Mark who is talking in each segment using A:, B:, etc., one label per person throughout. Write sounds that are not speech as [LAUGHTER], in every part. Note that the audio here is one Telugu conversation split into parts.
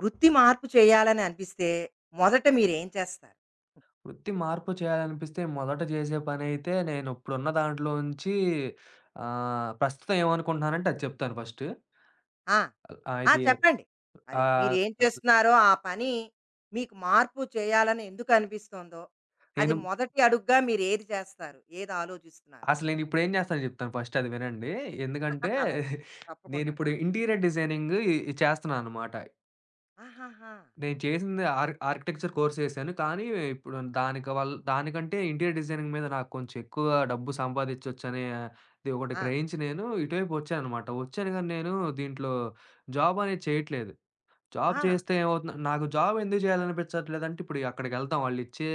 A: వృత్తి మార్పు చేయాలని అనిపిస్తే మొదట మీరేం చేస్తారు?
B: వృత్తి మార్పు చేయాలనిపిస్తే మొదట చేసే పనైతే నేను ఇప్పుడున్న దాంట్లోంచి ప్రస్తుతం ఏమనుకుంటున్నానంటే అది చెప్తాను ఫస్ట్.
A: ఆ!
B: ఆహ్,
A: ఆ!
B: ఇది
A: చెప్పండి. అదే
B: ఆహ్,
A: మీరేం చేస్తున్నారో ఆ పని మీకు మార్పు చేయాలని ఎందుకు అనిపిస్తోందో, అది
B: నేను
A: మొదటి అడుగుగా మీరేది చేస్తారు? ఏది ఆలోచిస్తున్నారు?
B: అసలు నేను ఇప్పుడు ఏం చేస్తానో చెప్తాను ఫస్ట్, అది వినండి. ఎందుకంటే
A: [LAUGHS] అలాగే.
B: [LAUGHS]
A: తప్పకుండాను.
B: నేనిప్పుడు ఇంటీరియర్ డిజైనింగ్ చేస్తున్నాననమాట.
A: ఆహాహా!
B: నేను చేసింది ఆర్కిటెక్చర్ కోర్స్ చేశాను. కానీ ఇప్పుడు దానికి వల్ దానికంటే ఇంటీరియర్ డిజైనింగ్ మీద నాకు కొంచెం ఎక్కువ డబ్బు సంపాదించొచ్చనే అది ఒకటి
A: ఆ!
B: గ్రహించి నేను ఇటువైపు వచ్చాననమాట. వచ్చాను గానీ నేను దీంట్లో జాబ్ అనేది చేయట్లేదు. జాబ్
A: ఆ!
B: చేస్తే ఏమవుతుంది, నాకు జాబ్ ఎందుకు చేయాలనిపించట్లేదంటే ఇప్పుడు అక్కడికెళ్తాం, వాళ్ళిచ్చే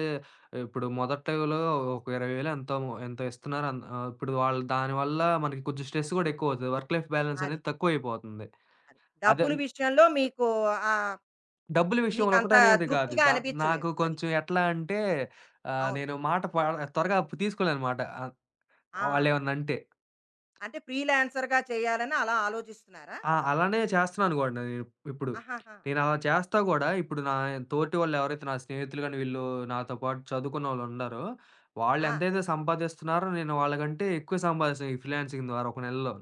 B: ఇప్పుడు మొదట్లో ఒక 20,000 ఎంతో ఎంతో ఇస్తున్నారు. ఇప్పుడు వాళ్ళు దానివల్ల మనకి కొంచెం స్ట్రెస్ గూడా ఎక్కువవుతది. వర్క్ లైఫ్ బ్యాలెన్స్
A: అదే.
B: అనేది తక్కువైపోతుంది.
A: అదే.
B: అదే
A: డబ్బుల విషయంలో మీకు ఆహ్, ఆహ్,
B: డబ్బుల విషయంలో
A: మీకంత
B: ఒకటనేది కాదు.
A: తృప్తిగా
B: నాకు
A: అనిపించలేదు. అది.
B: కొంచెం ఎట్లా అంటే
A: అవును.
B: నేను మాట ప త్వరగా తీసుకోలేనమాట.
A: ఆ!
B: వాళ్ళేమన్నా
A: అది.
B: అంటే.
A: అంటే ఫ్రీలాన్సర్‌గా చేయాలని అలా ఆలోచిస్తున్నారా?
B: ఆ, అలానే చేస్తున్నాను కూడా నేను ఇప్పుడు.
A: ఆహాహా!
B: నేను అలా చేస్తా కూడా. ఇప్పుడు నా తోటి వాళ్ళు ఎవరైతే, నా స్నేహితులు గాని, వీళ్ళు నాతో పాటు చదువుకున్నోళ్ళు ఉండారో, వాళ్ళు
A: ఆ!
B: ఎంతైతే సంపాదిస్తున్నారో, నేను వాళ్ళకంటే ఎక్కువ సంపాదిస్తాను ఈ ఫ్రీలాన్సింగ్ ద్వారా ఒక నెలలో.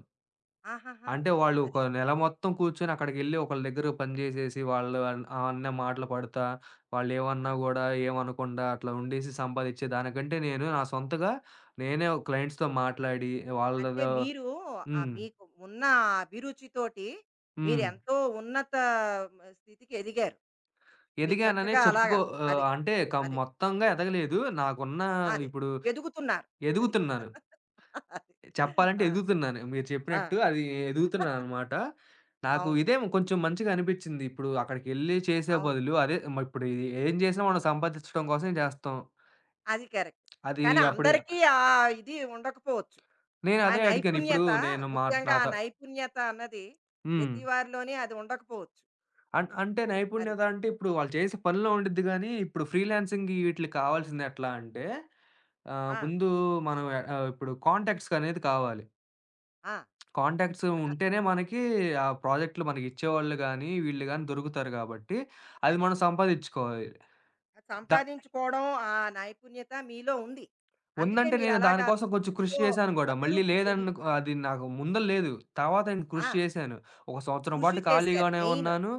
A: ఆహాహా!
B: అంటే వాళ్ళు ఒక
A: అది.
B: నెల మొత్తం కూర్చొని అక్కడికెళ్ళి ఒకళ్ళ దగ్గర పని జేసేసి, వాళ్ళు అన్న మాటలు పడతా, వాళ్ళేమన్నా
A: ఆ!
B: గూడా ఏమనకుండా అట్లా ఉండేసి సంపాదిచ్చే దానికంటే నేను నా సొంతగా నేనే ఒక క్లయింట్స్‌తో మాట్లాడి
A: అంటే
B: వాళ్ళతో.
A: మీరు
B: హ్మ్.
A: మీకు ఉన్న అభిరుచితోటి
B: హ్మ్.
A: మీరెంతో ఉన్నత స్థితికి ఎదిగారు. మీరు
B: ఎదిగాననే
A: చక్కగా
B: చెప్పుకో,
A: అలాగా అది.
B: అంటే
A: అది.
B: మొత్తంగా ఎదగలేదు. నాకున్న
A: అది.
B: ఇప్పుడు
A: ఎదుగుతున్నారు. అది.
B: ఎదుగుతున్నాను.
A: [LAUGHS] అది.
B: చెప్పాలంటే
A: ఆ!
B: ఎదుగుతున్నాను. మీరు
A: ఆ!
B: చెప్పినట్టు అది ఎదుగుతున్నాననమాట. నాకు
A: అవును.
B: ఇదే కొంచెం మంచిగా అనిపిచ్చింది. ఇప్పుడు అక్కడికెళ్లి చేసే
A: అవును.
B: బదులు, అదే ఇప్పుడు ఇది ఏం చేసినా మనం సంపాదించడం కోసమే చేస్తాం.
A: అది కరెక్ట్.
B: అది
A: కానీ
B: అప్పుడు
A: అందరికీ ఆ ఇది ఉండకపోవచ్చు.
B: నేను
A: ఆ
B: అదే అడిగాను. ఇప్పుడు
A: నైపుణ్యత
B: నేను మా
A: ముఖ్యంగా ఆ
B: నాతో.
A: నైపుణ్యత అన్నది
B: హ్మ్.
A: ప్రతి వారిలోని అది ఉండకపోవచ్చు.
B: అంటే
A: అలా అది.
B: నైపుణ్యత అంటే ఇప్పుడు వాళ్ళు చేసే పనిలో ఉండిద్ది గానీ, ఇప్పుడు ఫ్రీలాన్సింగ్ వీటిలకి కావాల్సింది ఎట్లా అంటే
A: ఆ!
B: ముందు మనం ఇప్పుడు కాంటాక్ట్స్ అనేది కావాలి.
A: ఆ!
B: కాంటాక్ట్స్ ఉంటేనే మనకి ఆ ప్రాజెక్ట్‌లు మనకిచ్చేవాళ్ళు గానీ, వీళ్ళు గానీ దొరుకుతారు గాబట్టి, అది
A: అది.
B: మనం సంపాదిచ్చుకోవాలి. ద
A: సంపాదించుకోవడం ఆ నైపుణ్యత మీలో ఉంది. అందుకే
B: ఉందంటే నేను
A: మీరలాగా
B: దానికోసం కొంచెం కృషి
A: ఎంతో
B: చేశాను గూడా. మళ్ళీ
A: అభివృద్ధి
B: లేదనుకో,
A: చెందుతున్నారు.
B: అది నాకు ముందల లేదు. తర్వాత నేను
A: ఆ!
B: కృషి చేశాను. ఒక సంవత్సరం పాటు
A: కృషి చేశారు
B: ఖాళీగానే
A: మెయిన్.
B: ఉన్నాను.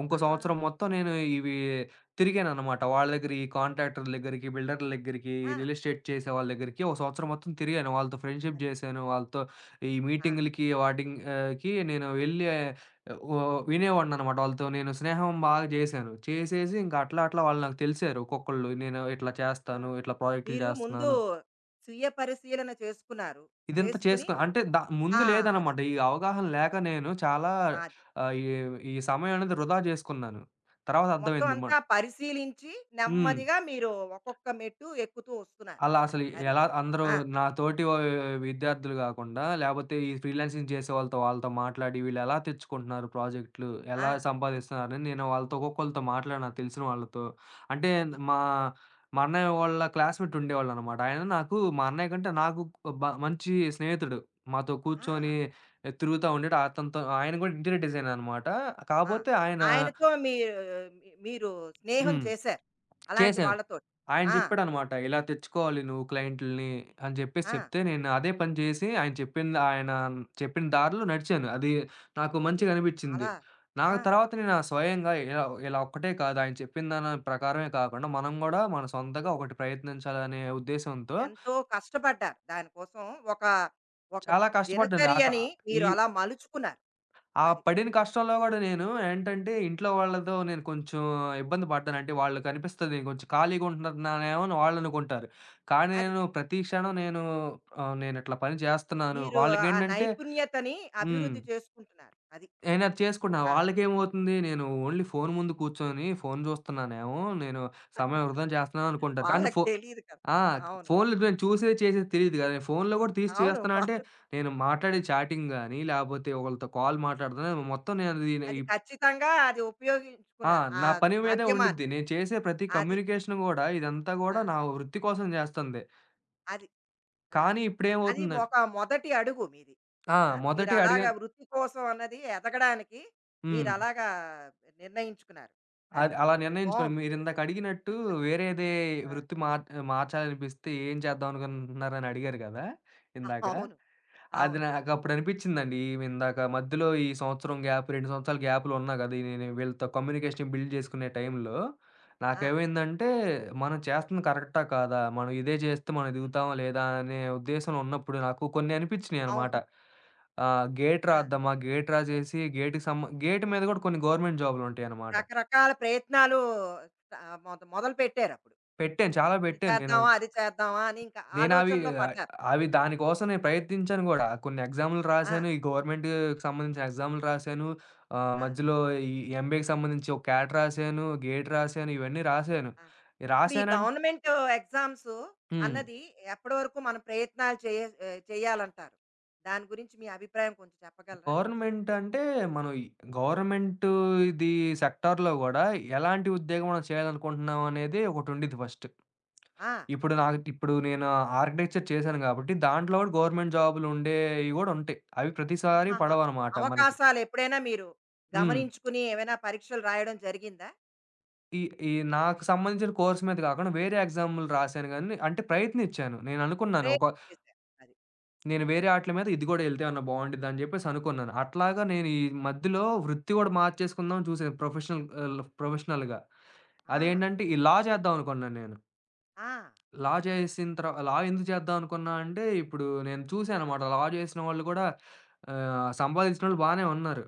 B: ఇంకో
A: ఆహా!
B: సంవత్సరం మొత్తం నేను ఇవి తిరిగాననమాట. వాళ్ళ దగ్గర ఈ కాంట్రాక్టర్ల దగ్గరికి, బిల్డర్ల దగ్గరికి,
A: ఆ!
B: రియల్ ఎస్టేట్ చేసే వాళ్ళ దగ్గరికి ఒక సంవత్సరం మొత్తం తిరిగాను. వాళ్ళతో ఫ్రెండ్‌షిప్
A: అది.
B: జేశాను. వాళ్ళతో ఈ
A: ఆ!
B: మీటింగులకి కి నేను వెళ్ళి ఆ, ఓ వినేవాడిననమాట. వాళ్ళతో నేను స్నేహం బాగా జేశాను. చేసేసి ఇంక అట్లా అట్లా వాళ్ళు నాకు తెలిసారు. ఒక్కొక్కళ్ళు నేను ఇట్లా
A: ఆ!
B: చేస్తాను, ఇట్లా ప్రాజెక్టులు
A: మీరు ముందు
B: జేస్తున్నాను.
A: స్వీయ పరిశీలన చేసుకున్నారు.
B: ఇదంతా
A: చేసుకుని
B: చేసుకో అంటే ముందు
A: ఆ! అది.
B: లేదనమాట. ఈ అవగాహన లేక నేను చాలా
A: అది.
B: ఆహ్, ఈ ఈ సమయం అనేది వృధా జేసుకున్నాను. తర్వాత
A: మొత్తం
B: అర్థమైంది.
A: అంతా పరిశీలించి
B: హ్మ్.
A: నెమ్మదిగా మీరు ఒక్కొక్క మెట్టు ఎక్కుతూ వస్తున్నారు.
B: అలా అసలు
A: అది.
B: ఎలా అందరూ
A: ఆ!
B: నా తోటి విద్యార్థులు గాకుండా, లేపోతే ఈ ఫ్రీలాన్సింగ్ చేసే వాళ్ళతో, వాళ్ళతో మాట్లాడి వీళ్ళెలా తెచ్చుకుంటున్నారు ప్రాజెక్ట్‌లు,
A: ఆ!
B: ఎలా సంపాదిస్తున్నారని నేను వాళ్ళతో ఒక్కొక్కళ్ళతో మాట్లాడినా, తెలిసిన వాళ్ళతో. అంటే
A: అది.
B: మా మా అన్నయ్య వాళ్ళ క్లాస్‌మేట్ ఉండేవాళ్ళనమాట. ఆయన నాకు, మా అన్నయ్య కంటే నాకు మంచి స్నేహితుడు. మాతో
A: ఆ!
B: కూర్చొని తిరుగుతా ఉండేడు. అతనితో, ఆయన గూడా ఇంటీరియర్ డిజైనర్ అనమాట.
A: ఆ!
B: కాపోతే ఆయన.
A: ఆయనతో మీ మీ మీరు స్నేహం
B: హ్మ్.
A: చేశారు. అలాంటి
B: చేశాను.
A: వాళ్ళతోటి.
B: ఆయన
A: ఆ!
B: చెప్పాడనమాట. ఇలా తెచ్చుకోవాలి నువ్వు క్లయింటుల్ని అని జెప్పేసి
A: ఆ!
B: చెప్తే, నేను అదే పని జేసి ఆయన చెప్పింది, ఆయన చెప్పిన దారిలో నడిచాను. అది నాకు
A: అది.
B: మంచిగనిపిచ్చింది.
A: చాలా
B: నా
A: ఆ!
B: తర్వాత నేను ఆ స్వయంగా ఇలా, ఇలా ఒక్కటే కాదు, ఆయన చెప్పిన దాని ప్రకారమే కాకుండా, మనం గూడా మన సొంతగా ఒకటి ప్రయత్నించాలనే ఉద్దేశంతో
A: ఎంతో కష్టపడ్డారు. దానికోసం ఒక, ఒక
B: చాలా కష్టపడ్డాను. ఆక
A: దినచర్యని
B: ఈ
A: మీరు అలా మలుచుకున్నారు.
B: ఆ
A: అది.
B: పడిన కష్టంలో గూడా నేను ఏంటంటే, ఇంట్లో వాళ్ళతో నేను కొంచెం ఇబ్బంది పడ్డాను. అంటే వాళ్ళకి అనిపిస్తది నేను కొంచెం ఖాళీగా ఉంటున్నానేమో అని వాళ్ళనుకుంటారు. కానీ
A: అది.
B: నేను ప్రతి క్షణం నేను నేనిట్లా పని చేస్తున్నాను.
A: మీరు ఆ
B: వాళ్ళకేంటంటే.
A: నైపుణ్యతని
B: హ్మ్.
A: అభివృద్ధి చేసుకుంటున్నారు. అది.
B: నేనది చేసుకుంటున్నాను.
A: ఆ!
B: వాళ్ళకేమవుతుంది నేను ఓన్లీ ఫోను ముందు కూర్చొని ఫోను చూస్తున్నానేమో, నేను సమయం వృధా చేస్తున్నాను అనుకుంటారు. కానీ
A: వాళ్ళకి తెలీదు కదా!
B: ఆ!
A: అవును.
B: ఫోన్‌లో నేను చూసేది, చేసేది తెలీదు గదా! నేను ఫోన్‌లో గూడా తీసి
A: అవును.
B: చేస్తున్నా అంటే,
A: వాళ్ళు
B: నేను మాట్లాడే చాటింగ్ గాని, లేపోతే ఒకళ్ళతో కాల్ మాట్లాడుతున్నా మొత్తం నేను అది ఈ
A: అది ఖచ్చితంగా అది
B: ఆ,
A: ఉపయోగించుకున్నారు. ఆ
B: నా పని మీదే ఉండిద్ది.
A: మాధ్యమాన్ని.
B: నేను చేసే ప్రతి
A: అది.
B: కమ్యూనికేషన్ గూడా ఇదంతా
A: ఆ!
B: గూడా నా వృత్తి కోసం జేస్తంది.
A: అది. ఆ!
B: కానీ
A: అది ఒక మొదటి అడుగు మీది.
B: ఆ!
A: ఆ!
B: మొదటి అడిగ
A: మీరలాగా వృత్తి కోసం అన్నది ఎదగడానికి
B: హ్మ్.
A: మీరలాగా నిర్ణయించుకున్నారు. అది.
B: అది అలా నిర్ణయించుకోను.
A: బావుంది.
B: మీరిందాక అడిగినట్టు వేరేదే
A: ఆ!
B: వృత్తి మార్ మార్చాలనిపిస్తే ఏం చేద్దాం అనుకుంటున్నారని అడిగారు గదా ఇందాక.
A: అవును.
B: అది
A: అవును.
B: నాకప్పుడు అనిపిచ్చిందండి. ఈమిందాక మధ్యలో ఈ సంవత్సరం గ్యాప్, 2 సంవత్సరాల గ్యాప్‌లో ఉన్నా కదా! ఈ నేను వీళ్ళతో కమ్యూనికేషన్ బిల్డ్ చేసుకునే టైంలో
A: ఆ!
B: నాకేమైందంటే, మనం చేస్తుంది కరెక్టా కాదా? మనం ఇదే చేస్తే మనం ఎదుగుతామా లేదా? అనే ఉద్దేశంలో ఉన్నప్పుడు నాకు కొన్ని అనిపిచ్చినియి
A: అవును.
B: అనమాట.
A: అది.
B: గేట్
A: ఆ!
B: రాద్దామా? గేట్ రాసేసి గేట్ మీద కూడా కొన్ని గవర్నమెంట్ జాబ్‌లుంటాయనమాట.
A: రకరకాల ప్రయత్నాలు ఆహ్, మొద మొదలుపెట్టారప్పుడు.
B: పెట్టాను.
A: ఇంకా
B: చాలా
A: ఇది
B: పెట్టాను నేను.
A: చేద్దామా? అది చేద్దామా? అని ఇంకా
B: నేనవి
A: ఆలోచనలో
B: ఆహ్,
A: పడ్డారు.
B: అవి దానికోసం నేను ప్రయత్నించాను గూడా. కొన్ని ఎగ్జామ్‌లు
A: ఆ!
B: రాశాను. ఈ గవర్నమెంట్‌కి సంబంధించిన ఎగ్జామ్‌లు రాశాను.
A: ఆ!
B: మధ్యలో ఈ ఎంబీఏకి సంబంధించి ఒక క్యాట్ రాశాను, గేట్ రాశాను. ఇవన్నీ రాశాను.
A: ఆ! ఇప్పుడు ఈ
B: రాశానం
A: గవర్నమెంట్ ఎగ్జామ్స్
B: హ్మ్.
A: అన్నది ఎప్పటి వరకు మన ప్రయత్నాలు చేయాలంటారు? దాని గురించి మీ అభిప్రాయం కొంచెం చెప్పగలరా?
B: గవర్నమెంట్ అంటే మనం ఈ గవర్నమెంట్ ఇది సెక్టార్‌లో గూడా ఎలాంటి ఉద్యోగం మనం చేయాలనుకుంటున్నాం అనేది ఒకటుండిద్ది ఫస్ట్.
A: ఆ!
B: ఇప్పుడు నేను ఆర్కిటెక్చర్ చేశాను గాబట్టి దాంట్లో గూడా గవర్నమెంట్ జాబ్‌లుండేవి గూడా ఉంటాయి. అవి ప్రతిసారి
A: ఆహాహా!
B: పడవనమాట మనకి.
A: అవకాశాలు ఎప్పుడైనా మీరు
B: హ్మ్.
A: గమనించుకుని ఏమైనా పరీక్షలు రాయడం జరిగిందా?
B: ఈ ఈ నాకు సంబంధించిన కోర్స్ మీద కాకుండా వేరే ఎగ్జామ్‌లు రాశాను గానీ, అంటే ప్రయత్నిచ్చాను. నేననుకున్నాను ఒక,
A: ప్రయత్నం చేశారు. అది.
B: నేను వేరే ఆటిల మీద ఇది గూడా ఎళ్తే ఏమన్నా బావుండిద్దని జెప్పేసి అనుకున్నాను. అట్లాగా నేను ఈ మధ్యలో వృత్తి గూడా మార్చేసుకుందామని చూసాను ప్రొఫెషనల్ ప్రొఫెషనల్‌గా.
A: ఆ!
B: అదేంటంటే, ఈ లా చేద్దాం అనుకున్నాను నేను.
A: ఆ!
B: లా
A: అది.
B: చేసిన తర్వా లా ఎందుకు చేద్దాం అనుకున్నా అంటే, ఇప్పుడు నేను చూసానన్నమాట లా చేసిన వాళ్ళు గూడా సంపాదిచ్చినోళ్ళు బానే ఉన్నారు.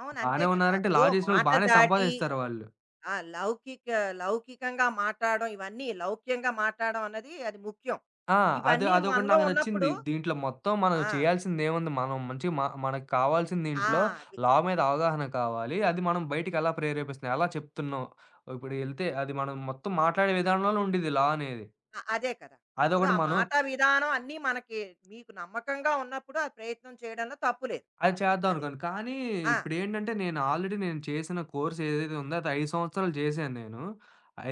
A: అవును. అంతే
B: బానే
A: కదా!
B: ఉన్నారంటే లా
A: ఇప్పుడు
B: చేసినోళ్ళు
A: మాట
B: బానే
A: దాటి
B: సంపాదిస్తారు వాళ్ళు.
A: ఆ! లౌకిక లౌకికంగా మాట్లాడడం ఇవన్నీ లౌక్యంగా మాట్లాడడం అన్నది అది ముఖ్యం.
B: ఆ, అది
A: ఇవన్నీ
B: అదొకటి
A: మనలో
B: నాకు నచ్చింది.
A: ఉన్నప్పుడు
B: దీంట్లో మొత్తం మనం
A: ఆ!
B: చేయాల్సిందేముంది? మనం మంచిగా మనకు కావాల్సింది
A: ఆ!
B: దీంట్లో
A: అది.
B: లా మీద అవగాహన కావాలి. అది మనం బయటికెలా ప్రేరేపిస్తున్నాం? ఎలా చెప్తున్నాం? ఇప్పుడు ఎళ్తే అది మనం మొత్తం మాట్లాడే విధానంలో ఉండిద్ది లా అనేది.
A: అదే కదా! ఇప్పుడు
B: అదొకటి
A: ఆ
B: మనం
A: మాట విధానం అన్నీ మనకి మీకు నమ్మకంగా ఉన్నప్పుడు ఆ ప్రయత్నం చేయడంలో తప్పు లేదు.
B: అది చేద్దాం
A: అది.
B: అనుకోండి. కానీ
A: ఆ!
B: ఇప్పుడేంటంటే ఆల్రెడీ నేను చేసిన కోర్స్ ఏదైతే ఉందో అది 5 సంవత్సరాలు చేశాను నేను.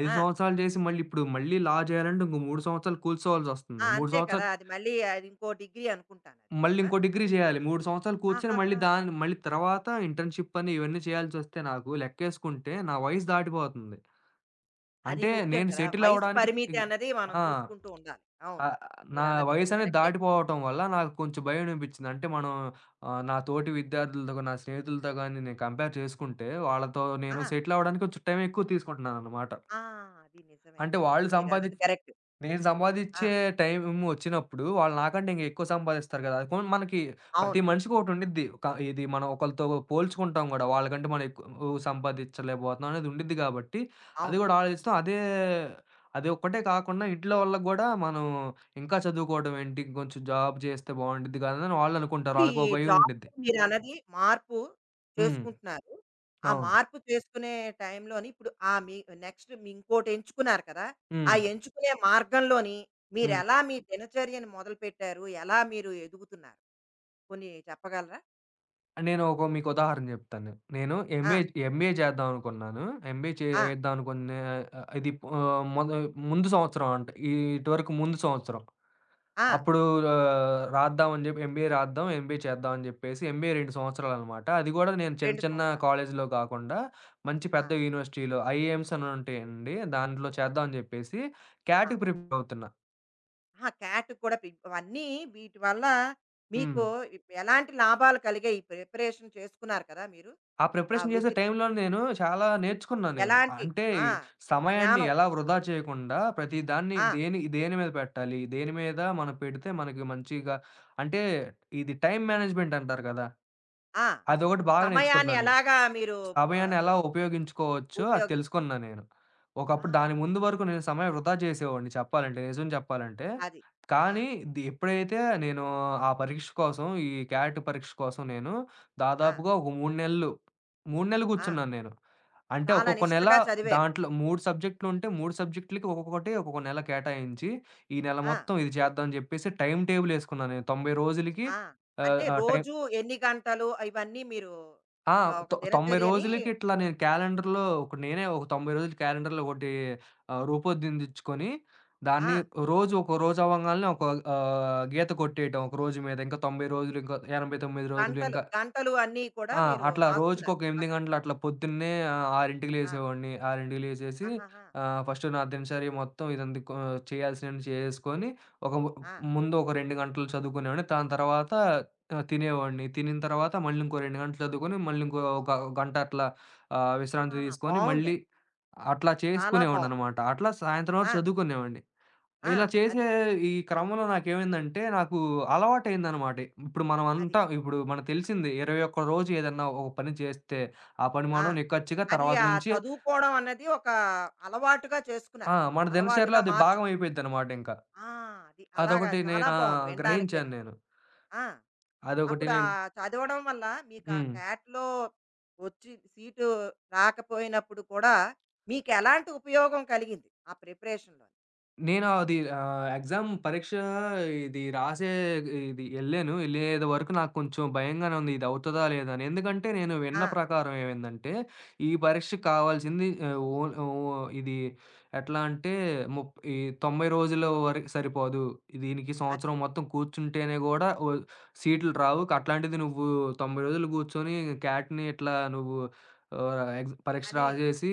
B: 5
A: ఆ!
B: సంవత్సరాలు చేసి, మళ్ళీ ఇప్పుడు మళ్ళీ లా చేయాలంటే ఇంకో 3 సంవత్సరాలు కూర్చోవాల్సొస్తుంది.
A: ఆ!
B: 3
A: అంతే కదా!
B: సంవత్సరాలు
A: అది మళ్ళీ అది ఇంకో డిగ్రీ అనుకుంటాను అది.
B: మళ్ళీ
A: ఆ!
B: ఇంకో డిగ్రీ జేయాలి. 3 సంవత్సరాలు కూర్చొని మళ్ళీ
A: ఆహాహా!
B: దాన్ని, మళ్ళీ తర్వాత ఇంటర్న్‌షిప్ అని ఇవన్నీ చేయాల్సొస్తే, నాకు లెక్కేసుకుంటే నా వయసు దాటిపోతుంది.
A: అది
B: అంటే
A: ముఖ్యం
B: నేను
A: కదా!
B: సెటిల్
A: వయసు
B: అవ్వడానికి
A: పరిమితి అన్నది మనం
B: ఆ!
A: చూసుకుంటూ ఉండాలి. అవును.
B: ఆహ్, నా
A: మీరన్నది
B: వయసనేది
A: కరెక్టే.
B: దాటిపోవటం వల్ల నాకు కొంచెం భయమనిపించింది. అంటే మనం నా తోటి విద్యార్థులతో, నా స్నేహితులతో గాని నేను కంపేర్ చేసుకుంటే వాళ్ళతో, నేను
A: ఆ!
B: సెటిల్ అవ్వడానికి కొంచెం టైం ఎక్కువ తీసుకుంటున్నానన్నమాట.
A: ఆ! అది నిజమే.
B: అంటే
A: అవును.
B: వాళ్ళు
A: మీరన్నది
B: సంపాదించే,
A: కరెక్ట్.
B: నేను సంపాదిచ్చే
A: ఆ!
B: టైం వచ్చినప్పుడు వాళ్ళు నాకంటే ఇంక ఎక్కువ సంపాదిస్తారు కదా! పోనీ మనకి ప్రతి
A: అవును.
B: మనిషికి ఒకటుండిద్ది. ఇది మనం ఒకళ్ళతో పోల్చుకుంటాం గూడా. వాళ్ళకంటే మనం ఎక్కువ ఓహ్ సంపాదిచ్చలేకపోతున్నాం అనేది ఉండిద్ది కాబట్టి, అది
A: అవును.
B: గూడా ఆలోచిస్తాం. అదే, అది ఒక్కటే కాకుండా ఇంట్లో వాళ్ళకి గూడా మనం ఇంకా చదువుకోవడం ఏంటి? ఇంకొంచెం జాబ్ చేస్తే బావుండిద్ది గదా అని వాళ్ళు అనుకుంటారు.
A: ఇప్పుడు
B: వాళ్ళకో
A: ఈ
B: భయం
A: జాబ్‌లో
B: ఉండిద్ది.
A: మీరన్నది మార్పు
B: హ్మ్.
A: చేసుకుంటున్నారు. ఆ
B: అవును.
A: మార్పు చేసుకునే టైంలోని ఇప్పుడు ఆ మీ నెక్స్ట్ మీ ఇంకోటి ఎంచుకున్నారు కదా!
B: హ్మ్.
A: ఆ ఎంచుకునే మార్గంలోని
B: హ్మ్.
A: మీరెలా మీ దినచర్యను మొదలుపెట్టారు? ఎలా మీరు ఎదుగుతున్నారు? కొన్ని చెప్పగలరా?
B: నేను ఒక మీకు ఉదాహరణ జెప్తాను. నేను
A: ఆ!
B: ఎంబీఏ, ఎంబీఏ చేద్దాం అనుకున్నాను. ఎంబీఏ
A: ఆ!
B: చేద్దాం అనుకునే ఆహ్, ఇది ఆహ్, మొద ముందు సంవత్సరం అంట. ఇటువరకు ముందు సంవత్సరం.
A: ఆ!
B: అప్పుడు రాద్దాం అని జెప్పి ఎంబీఏ రాద్దాం, ఎంబీఏ చేద్దాం అని జెప్పేసి ఎంబీఏ 2 సంవత్సరాలనమాట. అది గూడా నేను చిన్న
A: 2
B: చిన్న
A: సంవత్సరాలు.
B: కాలేజీలో కాకుండా మంచి పెద్ద
A: ఆ!
B: యూనివర్సిటీలో ఐఐఎమ్స్ అని ఉంటాయండి. దాంట్లో చేద్దాం అని జెప్పేసి
A: ఆ!
B: క్యాట్‌కి ప్రిపేర్ అవుతున్నా.
A: ఆహా! క్యాట్ కూడా ఇవన్నీ వీటి వల్ల మీకు
B: హ్మ్.
A: ఎలాంటి లాభాలు కలిగాయి? ఈ ప్రిపరేషన్ చేసుకున్నారు కదా మీరు.
B: ఆ
A: ఆ
B: ప్రిపరేషన్ చేసే
A: వృత్తి
B: టైంలో నేను చాలా నేర్చుకున్నాను నేను.
A: ఎలాంటి
B: అంటే
A: ఆ!
B: సమయాన్ని
A: జ్ఞానం.
B: ఎలా వృధా చేయకుండా ప్రతి దాన్ని
A: ఆ!
B: దేని దేని మీద పెట్టాలి? దేని మీద మనం పెడితే మనకి మంచిగా, అంటే ఇది టైమ్ మేనేజ్‌మెంట్ అంటారు కదా!
A: ఆ!
B: అదొకటి బాగా
A: సమయాన్ని
B: నేర్చుకున్నాను.
A: ఎలాగా మీరు ఆహ్,
B: సమయాన్నెలా ఉపయోగించుకోవచ్చో అది
A: ఉపయోగించుకోవాలి.
B: తెలుసుకున్నా నేను. ఒకప్పుడు దాని
A: ఆహా!
B: ముందు వరకు నేను సమయం వృధా చేసేవాడిని చెప్పాలంటే, నిజం చెప్పాలంటే.
A: అది. ఆ!
B: కానీ ఎప్పుడైతే నేను ఆ పరీక్ష కోసం, ఈ క్యాట్ పరీక్ష కోసం నేను
A: ఆ!
B: దాదాపుగా ఒక 3 నెలలు, 3 నెలలు
A: ఆ!
B: కూర్చున్నాను నేను. అంటే
A: చాలా
B: ఒక్కొక్క నెల
A: నిష్టగా చదివారు.
B: దాంట్లో 3 సబ్జెక్ట్‌లుంటే 3 సబ్జెక్ట్‌లకి ఒక్కొక్కటి ఒక్కొక్క నెల కేటాయించి, ఈ నెల
A: ఆ!
B: మొత్తం ఇది చేద్దాం అని చెప్పేసి టైమ్ టేబుల్ యేసుకున్నాను నేను. 90 రోజులకి
A: ఆ!
B: ఆహ్,
A: అంటే
B: ఆహ్, టైం
A: రోజు ఎన్ని గంటలు ఇవన్నీ మీరు
B: ఆ!
A: ఒక
B: 90
A: దినచర్యని
B: రోజులకి ఇట్లా నేను క్యాలెండర్‌లో ఒక, నేనే ఒక 90 రోజులు క్యాలెండర్‌లో ఒకటి రూపొందించుకొని, దాన్ని
A: ఆ!
B: రోజు, ఒక రోజు అవ్వంగాల్నే ఒక గీత కొట్టేయటం ఒక రోజు మీద. ఇంకా 90 రోజులు, ఇంకా 89 రోజులు,
A: గంటలు,
B: ఇంకా
A: గంటలు అన్నీ కూడా
B: ఆ!
A: మీరు
B: అట్లా
A: రాసుకున్నారు
B: రోజుకొక 8
A: అక్కడ.
B: గంటలు అట్లా పొద్దున్నే 6కి
A: ఆ!
B: లేసేవాడిని. 6కి లేసేసి
A: ఆహాహా!
B: ఫస్ట్ నా దినచర్య మొత్తం ఇదంతా కొ చేయాల్సినవన్నీ చేసేసుకొని, ఒక ము
A: ఆ!
B: ముందు ఒక 2 గంటలు చదువుకునేవాడిని. దాని తర్వాత తినేవాడిని. తినిన తర్వాత మళ్ళీ ఇంకో 2 గంటలు చదువుకొని, మళ్ళీ ఇంకో ఒక గంట అట్లా
A: ఆ!
B: విశ్రాంతి తీసుకొని, మళ్ళీ
A: బావుందండి.
B: అట్లా
A: చాలా బావుంది.
B: చేసుకునేవాడిననమాట. అట్లా సాయంత్రం వరకు
A: ఆ!
B: చదువుకునేవాడిని.
A: ఆ!
B: ఇలా చేసే
A: అది.
B: ఈ క్రమంలో నాకేమైందంటే, నాకు అలవాటయిందనమాట. ఇప్పుడు మనం
A: అది.
B: అంటాం, ఇప్పుడు మనకు తెలిసింది 21 రోజు ఏదన్నా ఒక పని చేస్తే, ఆ పని
A: ఆ!
B: మనం నిక్కచ్చిగా
A: అది
B: తర్వాత
A: ఆ
B: నుంచి
A: చదువుకోవడం అన్నది ఒక అలవాటుగా
B: ఆ!
A: చేసుకున్నారు.
B: మన దినచర్యలో
A: అలవాటుగా
B: అది భాగం
A: మార్చుకున్నారు.
B: అయిపోయిద్దనమాట ఇంకా.
A: ఆ! అది అలాగా
B: అదొకటి
A: చాలా
B: నేనా
A: బావుంది
B: గ్రహించాను
A: వినడానికేను.
B: నేను.
A: ఆ!
B: అదొకటి
A: అప్పుడు ఆ
B: నేను.
A: చదవడం వల్ల మీకు ఆ
B: హ్మ్.
A: క్యాట్లో వచ్చి సీటు రాకపోయినప్పుడు కూడా మీకెలాంటి ఉపయోగం కలిగింది ఆ ప్రిపరేషన్‌లో?
B: నేను అది ఆహ్, ఎగ్జామ్ పరీక్ష ఇది రాసే ఇది ఎళ్ళాను. ఎళ్ళేది వరకు నాకు కొంచెం భయంగానే ఉంది. ఇది అవుతదా? లేదా? అని. ఎందుకంటే నేను విన్న
A: ఆ!
B: ప్రకారం ఏమైందంటే, ఈ పరీక్షకు కావాల్సింది ఆహ్, ఓన్ ఓ ఇది ఎట్లా అంటే ముప్ ఈ 90 రోజుల వరకు సరిపోదు. దీనికి
A: అది.
B: సంవత్సరం మొత్తం కూర్చుంటేనే గూడా ఓ సీట్లు రావు. అట్లాంటిది నువ్వు 90 రోజులు కూర్చొని క్యాట్‌ని ఇట్లా నువ్వు ఆహ్, ఎగ్జ్ పరీక్ష
A: అని
B: రాసేసి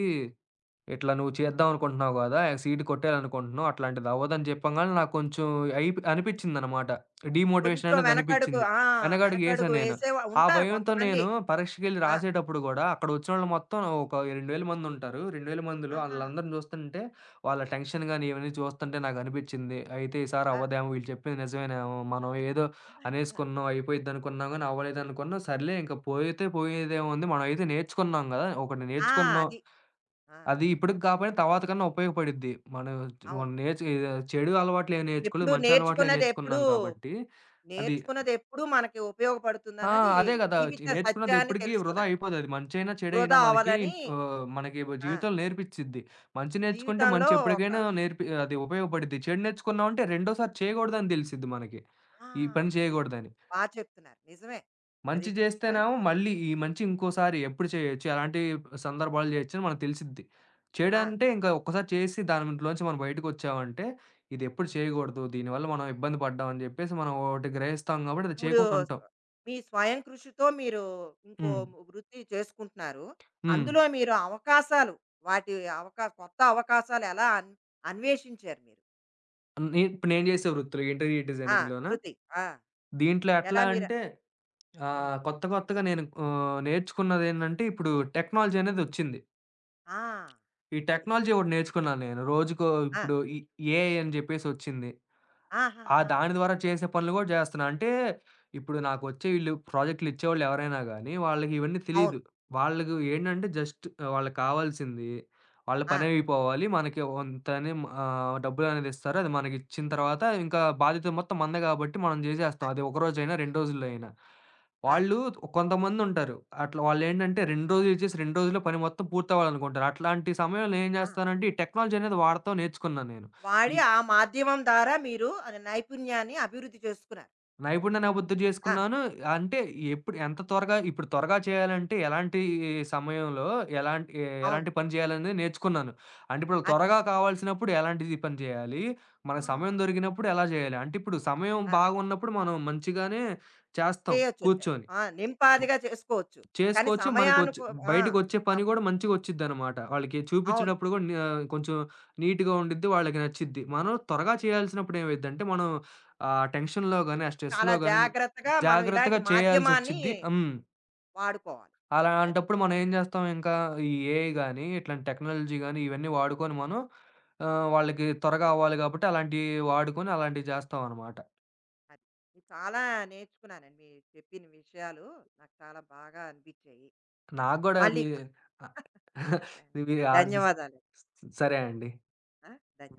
B: ఇట్లా నువ్వు చేద్దాం అనుకుంటున్నావు గదా! సీట్ కొట్టేయాలనుకుంటున్నావు. అట్లాంటిదవ్వదని చెప్పంగానే నాకు కొంచెం అనిపిచ్చిందనమాట. డీమోటివేషన్
A: కొంచెం
B: అనేది
A: వెనకడుగు
B: అనిపిచ్చింది.
A: ఆ!
B: వెనకడుగేశా
A: వెనకడుగు
B: నేను.
A: వేసే
B: ఆ
A: ఉంటారు
B: భయంతో నేను
A: కొంతమంది.
B: పరీక్షకెళ్ళి
A: ఆ!
B: రాసేటప్పుడు గూడా అక్కడొచ్చినోళ్ళు మొత్తం ఒక 2000 మందుంటారు. 2000 మందిలో
A: ఆహా!
B: ఆళ్ళందరిని చూస్తుంటే వాళ్ళ టెన్షన్ గాని ఇవన్నీ చూస్తుంటే నాకనిపిచ్చింది, అయితే ఈసారి
A: ఆ!
B: అవ్వదేమో! వీళ్ళు చెప్పింది నిజమేనేమో! మనం ఏదో
A: ఆ!
B: అనేసుకున్నాం, అయిపోయిద్దనుకున్నాం గానీ అవ్వలేదనుకున్నాం. సర్లే ఇంక, పోతే పోయేదేముంది. మనమైతే నేర్చుకున్నాం గదా! ఒకటి
A: ఆ,
B: నేర్చుకున్నాం.
A: అది. ఆ!
B: అది ఇప్పటికి కాకపోయినా తర్వాత కన్నా ఉపయోగపడిద్ది. మనం మనం
A: అవును.
B: నేర్చు ఆహ్, చెడు అలవాట్లేం నేర్చుకోలేదు.
A: ఎప్పుడు
B: మంచి అలవాట్లే
A: నేర్చుకున్నదెప్పుడూ
B: నేర్చుకున్నాం కాబట్టి అది
A: నేర్చుకున్నదెప్పుడూ మనకి
B: ఆ!
A: ఉపయోగపడుతుందన్నది
B: అదే గదా!
A: జీవిత
B: నేర్చుకున్నది
A: సత్యాన్ని
B: ఎప్పటికి వృధా
A: తెలుసుకున్నారు.
B: అయిపోదది. మంచైనా, చెడైనా
A: వృధా
B: మనకి
A: అవ్వదని
B: మనకి
A: ఆ!
B: జీవితంలో నేర్పిచ్చిద్ది. మంచి నేర్చుకుంటే
A: జీవితంలో
B: మంచి
A: ఒక
B: ఎప్పటికైనా నేర్పి అది ఉపయోగపడిద్ది. చెడు నేర్చుకున్నామంటే రెండోసారి చేయగూడదని దెలిసిద్ది మనకి.
A: ఆ!
B: ఈ పని
A: అది
B: చేయగూడదని.
A: బా చెప్తున్నారు. నిజమే.
B: మంచి
A: అది. ఆ!
B: జేస్తేనేమో మళ్ళీ ఈ మంచి ఇంకోసారి ఎప్పుడు చేయొచ్చు, ఎలాంటి సందర్భాలు చేయొచ్చని మనకు తెలిసిద్ది.
A: ఆ!
B: చెడంటే ఇంకా ఒక్కసారి చేసి దాంట్లోంచి మనం బయటకొచ్చామంటే, ఇదెప్పుడు చేయగూడదు, దీనివల్ల మనం ఇబ్బంది పడ్డాం అని జెప్పేసి మనం ఒకటి గ్రహిస్తాం గాబట్టి అది
A: ఇప్పుడు
B: చేయకుండా ఉంటాం.
A: స్వ- మీ స్వయం కృషితో మీరు ఇంకో
B: హ్మ్.
A: వృత్తి చేసుకుంటున్నారు.
B: హ్మ్.
A: అందులో మీరు అవకాశాలు వాటి కొత్త అవకాశాలు ఎలా అన్వేషించారు మీరు?
B: ఇప్పుడు నేను జేసే వృత్తిలో ఇంటీరియర్
A: ఆ!
B: డిజైనింగ్‌లోనా,
A: వృత్తి. ఆ!
B: దీంట్లో
A: ఎలా
B: ఎట్లా
A: మీరు
B: అంటే
A: హ్మ్.
B: కొత్త కొత్తగా నేను నేర్చుకున్నదేంటంటే ఇప్పుడు టెక్నాలజీ అనేది ఒచ్చింది.
A: ఆ!
B: ఈ
A: అది.
B: టెక్నాలజీ ఒకటి నేర్చుకున్నాను నేను. రోజుకో
A: ఆ!
B: ఇప్పుడు ఈ ఏఐ అని జెప్పేసొచ్చింది. ఆ!
A: ఆహాహా!
B: దాని ద్వారా చేసే పనులు గూడా జేస్తున్నా. అంటే, ఇప్పుడు నాకొచ్చే ఈళ్ళు ప్రాజెక్టులిచ్చేవాళ్ళు ఎవరైనా గానీ, వాళ్ళకి ఇవన్నీ
A: అవును.
B: తెలీదు. వాళ్ళకు ఏంటంటే, జస్ట్ వాళ్ళకి కావాల్సింది, వాళ్ళ
A: ఆ!
B: పనయిపోవాలి. మనకి వంతని డబ్బులనేదిస్తారు. అది మనకిచ్చిన తర్వాత ఇంకా బాధ్యత మొత్తం మనదే గాబట్టి మనం జేసేస్తాం.
A: అది.
B: అది ఒక రోజైనా, 2 రోజుల్లో అయినా.
A: ఆ!
B: వాళ్ళు కొంతమందుంటారు. అట్లా వాళ్ళేంటంటే, 2 రోజులు ఇచ్చేసి, 2 రోజుల్లో పని మొత్తం పూర్తవ్వాలనుకుంటారు. అట్లాంటి సమయంలో ఏం
A: ఆ!
B: జేస్తానంటే, ఈ టెక్నాలజీ అనేది వాడటం నేర్చుకున్నాను నేను. ఈ
A: వాడి ఆ మాధ్యమం ద్వారా మీరు అది నైపుణ్యాన్ని అభివృద్ధి చేసుకున్నారు.
B: నైపుణ్యాన్ని అభివృద్ధి
A: ఆ!
B: చేసుకున్నాను. అంటే ఎప్పుడు ఎంత త్వరగా, ఇప్పుడు త్వరగా చేయాలంటే ఎలాంటి సమయంలో
A: అవును.
B: ఎలాంటి పని చేయాలనేది నేర్చుకున్నాను. అంటే ఇప్పుడు
A: అది.
B: త్వరగా కావాల్సినప్పుడు ఎలాంటిది పని చేయాలి? మనకు
A: ఆ!
B: సమయం దొరికినప్పుడు ఎలా చేయాలి? అంటే ఇప్పుడు సమయం
A: ఆ!
B: బాగున్నప్పుడు మనం మంచిగానే చేస్తాం
A: చేయొచ్చు.
B: కూర్చొని.
A: ఆ! నింపాదిగా చేసుకోవచ్చు. కానీ
B: చేసుకోవచ్చు. మనకొచ్చు
A: ఆ!
B: బయటికొచ్చే పని
A: సం
B: గూడా మంచిగొచ్చిద్దనమాట. వాళ్ళకి
A: అవును.
B: చూపిచ్చేటప్పుడు గూడా కొంచెం నీట్‌గా ఉండిద్ది. వాళ్ళకి నచ్చిద్ది. మనం త్వరగా చేయాల్సినప్పుడు ఏమైద్దంటే, మనం ఆ టెన్షన్‌లో గాని, ఆ
A: చాలా
B: స్ట్రెస్‌లో గాని
A: జాగ్రత్తగా మనం
B: జాగ్రత్తగా
A: ఇలాంటి మాధ్యమాన్ని
B: చేయాల్సొచ్చిద్ది. హ్మ్.
A: వాడుకోవాలి. అది.
B: అలాంటప్పుడు మనం ఏం జేస్తాం ఇంకా, ఈ ఏఐ గాని, ఇట్లాంటి టెక్నాలజీ గాని ఇవన్నీ వాడుకొని మనం వాళ్ళకి త్వరగా అవ్వాలి గాబట్టి అలాంటియి వాడుకొని అలాంటివి జేస్తామనమాట.
A: అది. నేను చాలా నేర్చుకున్నానండి. మీరు చెప్పిన విషయాలు నాకు చాలా బాగా అనిపించాయి. ఆ!
B: నాకు గూడా మీ
A: మళ్ళీ
B: [LAUGHS] ఆహ్, ఇవి ఆసిస్
A: ధన్యవాదాలు.
B: [LAUGHS] సరే అండి.
A: ఆ! ధన్యవాదాలు.